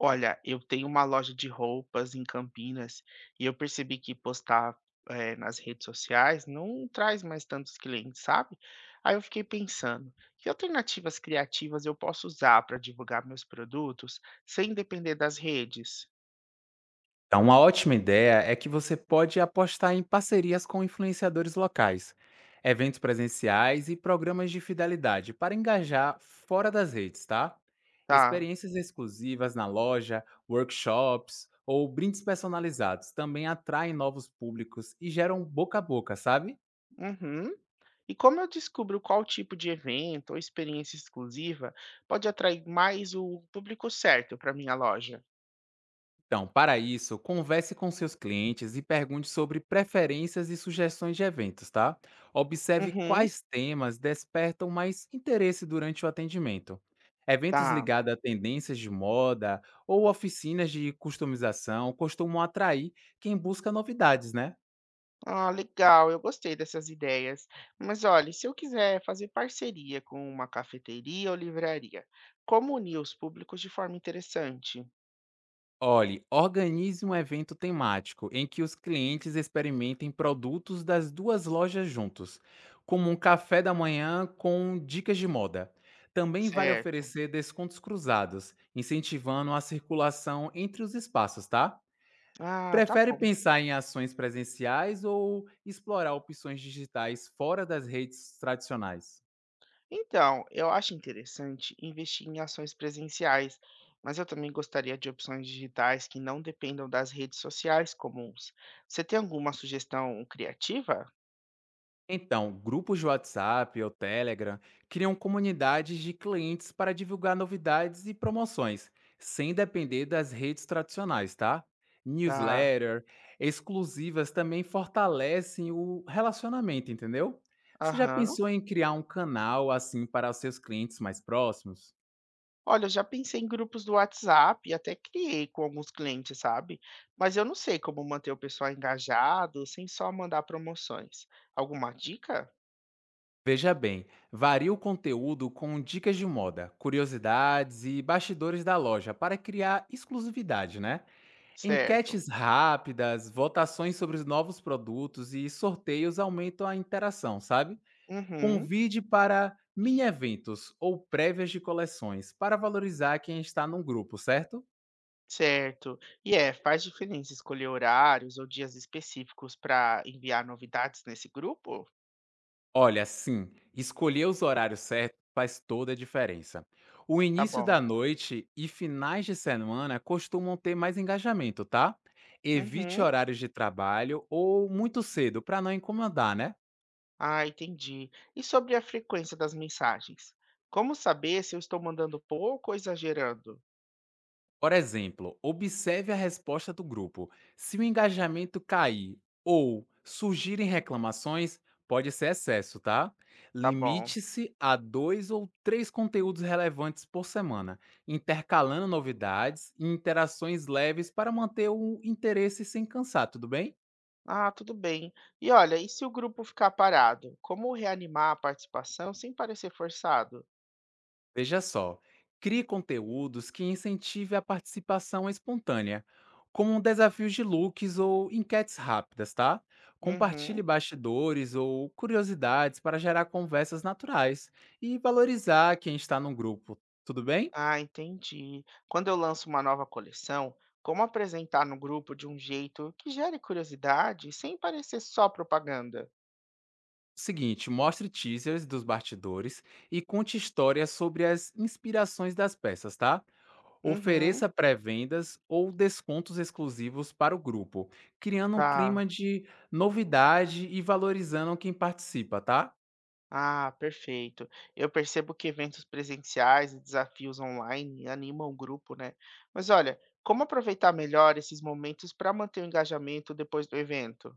Olha, eu tenho uma loja de roupas em Campinas e eu percebi que postar, nas redes sociais não traz mais tantos clientes, sabe? Aí eu fiquei pensando, que alternativas criativas eu posso usar para divulgar meus produtos sem depender das redes? Tá, uma ótima ideia é que você pode apostar em parcerias com influenciadores locais, eventos presenciais e programas de fidelidade para engajar fora das redes, tá? Tá. Experiências exclusivas na loja, workshops ou brindes personalizados também atraem novos públicos e geram boca a boca, sabe? Uhum. E como eu descubro qual tipo de evento ou experiência exclusiva pode atrair mais o público certo para minha loja? Então, para isso, converse com seus clientes e pergunte sobre preferências e sugestões de eventos, tá? Observe Uhum. quais temas despertam mais interesse durante o atendimento. Eventos Tá. ligados a tendências de moda ou oficinas de customização costumam atrair quem busca novidades, né? Ah, legal, eu gostei dessas ideias. Mas olha, e se eu quiser fazer parceria com uma cafeteria ou livraria, como unir os públicos de forma interessante, Olhe, organize um evento temático em que os clientes experimentem produtos das duas lojas juntos, como um café da manhã com dicas de moda. Também vale certo? oferecer descontos cruzados, incentivando a circulação entre os espaços, tá? Ah, tá Prefere bom. pensar em ações presenciais ou explorar opções digitais fora das redes tradicionais? Então, eu acho interessante investir em ações presenciais, mas eu também gostaria de opções digitais que não dependam das redes sociais comuns. Você tem alguma sugestão criativa? Então, grupos de WhatsApp ou Telegram criam comunidades de clientes para divulgar novidades e promoções, sem depender das redes tradicionais, tá? Tá. Newsletter, exclusivas também fortalecem o relacionamento, entendeu? Você já Aham. pensou em criar um canal assim para os seus clientes mais próximos? Olha, eu já pensei em grupos do WhatsApp e até criei com alguns clientes, sabe? Mas eu não sei como manter o pessoal engajado sem só mandar promoções. Alguma dica? Veja bem, varia o conteúdo com dicas de moda, curiosidades e bastidores da loja para criar exclusividade, né? Certo. Enquetes rápidas, votações sobre os novos produtos e sorteios aumentam a interação, sabe? Uhum, Convide para mini-eventos ou prévias de coleções para valorizar quem está num grupo, certo? certo. E é, faz diferença escolher horários ou dias específicos para enviar novidades nesse grupo? Olha, sim, escolher os horários certos faz toda a diferença. O Tá início da bom. noite e finais de semana costumam ter mais engajamento, tá? Evite Uhum. horários de trabalho ou muito cedo para não incomodar, né? Ah, entendi. E sobre a frequência das mensagens? Como saber se eu estou mandando pouco ou exagerando? Por exemplo, observe a resposta do grupo. Se o engajamento cair ou surgirem reclamações, pode ser excesso, tá? Tá bom. Limite-se a dois ou três conteúdos relevantes por semana, intercalando novidades e interações leves para manter o interesse sem cansar, tudo bem? Ah, tudo bem. E olha, e se o grupo ficar parado? Como reanimar a participação sem parecer forçado? Veja só, crie conteúdos que incentive a participação espontânea, como desafios de looks ou enquetes rápidas, tá? Compartilhe Uhum. bastidores ou curiosidades para gerar conversas naturais e valorizar quem está no grupo, tudo bem? Ah, entendi. Quando eu lanço uma nova coleção, como apresentar no grupo de um jeito que gere curiosidade sem parecer só propaganda? Seguinte, mostre teasers dos bastidores e conte histórias sobre as inspirações das peças, tá? Uhum. Ofereça pré-vendas ou descontos exclusivos para o grupo, criando um Tá. clima de novidade e valorizando quem participa, tá? Ah, perfeito. Eu percebo que eventos presenciais e desafios online animam o grupo, né? Mas olha, como aproveitar melhor esses momentos para manter o engajamento depois do evento?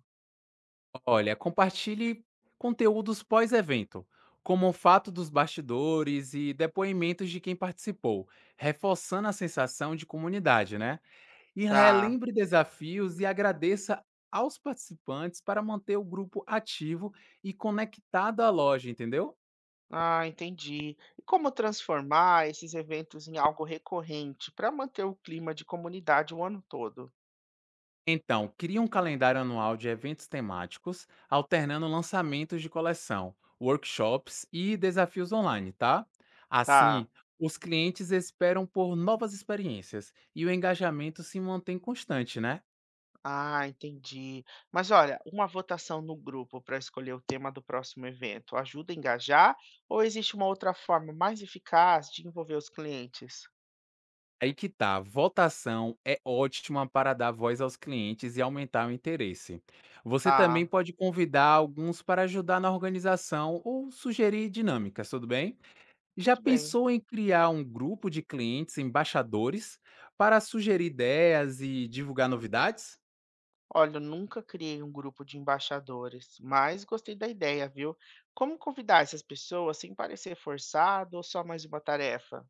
Olha, compartilhe conteúdos pós-evento, como o fato dos bastidores e depoimentos de quem participou, reforçando a sensação de comunidade, né? E Tá. relembre desafios e agradeça aos participantes para manter o grupo ativo e conectado à loja, entendeu? Ah, entendi. E como transformar esses eventos em algo recorrente para manter o clima de comunidade o ano todo? Então, cria um calendário anual de eventos temáticos, alternando lançamentos de coleção, workshops e desafios online, tá? Tá. Assim, os clientes esperam por novas experiências e o engajamento se mantém constante, né? Ah, entendi. Mas olha, uma votação no grupo para escolher o tema do próximo evento ajuda a engajar ou existe uma outra forma mais eficaz de envolver os clientes? Aí que tá, votação é ótima para dar voz aos clientes e aumentar o interesse. Você também Tá, pode convidar alguns para ajudar na organização ou sugerir dinâmicas, tudo bem? Já tudo bem. pensou em criar um grupo de clientes embaixadores para sugerir ideias e divulgar novidades? Olha, eu nunca criei um grupo de embaixadores, mas gostei da ideia, viu? Como convidar essas pessoas sem parecer forçado ou só mais uma tarefa?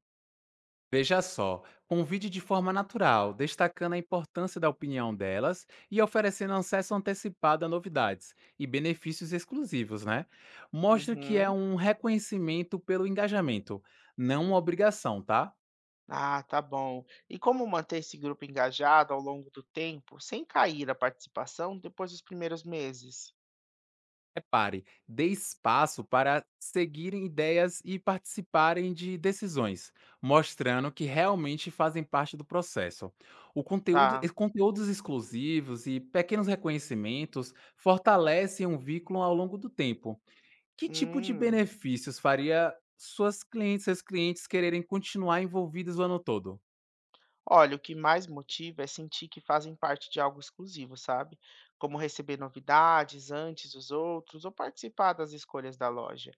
Veja só, convide de forma natural, destacando a importância da opinião delas e oferecendo acesso antecipado a novidades e benefícios exclusivos, né? Mostre que é Uhum. um reconhecimento pelo engajamento, não uma obrigação, tá? Ah, tá bom. E como manter esse grupo engajado ao longo do tempo, sem cair a participação depois dos primeiros meses? Repare, dê espaço para seguirem ideias e participarem de decisões, mostrando que realmente fazem parte do processo. O conteúdo- e Tá. conteúdos exclusivos e pequenos reconhecimentos fortalecem um vínculo ao longo do tempo. Que tipo de Hum. benefícios faria seus clientes quererem continuar envolvidos o ano todo? Olha, o que mais motiva é sentir que fazem parte de algo exclusivo, sabe? Como receber novidades antes dos outros ou participar das escolhas da loja.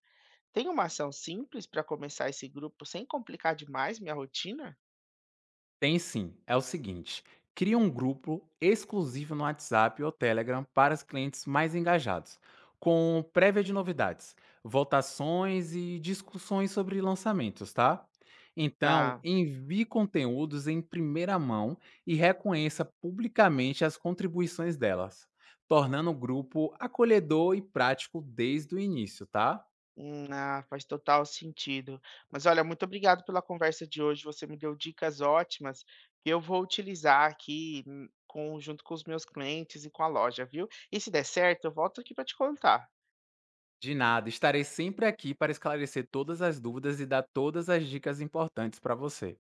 Tem uma ação simples para começar esse grupo sem complicar demais minha rotina? Tem sim. É o seguinte: cria um grupo exclusivo no WhatsApp ou Telegram para os clientes mais engajados, com prévia de novidades, votações e discussões sobre lançamentos, tá? Então, Tá. envie conteúdos em primeira mão e reconheça publicamente as contribuições delas, tornando o grupo acolhedor e prático desde o início, tá? Ah, faz total sentido. Mas olha, muito obrigado pela conversa de hoje. Você me deu dicas ótimas que eu vou utilizar aqui com, junto com os meus clientes e com a loja, viu? E se der certo, eu volto aqui para te contar. De nada, estarei sempre aqui para esclarecer todas as dúvidas e dar todas as dicas importantes para você.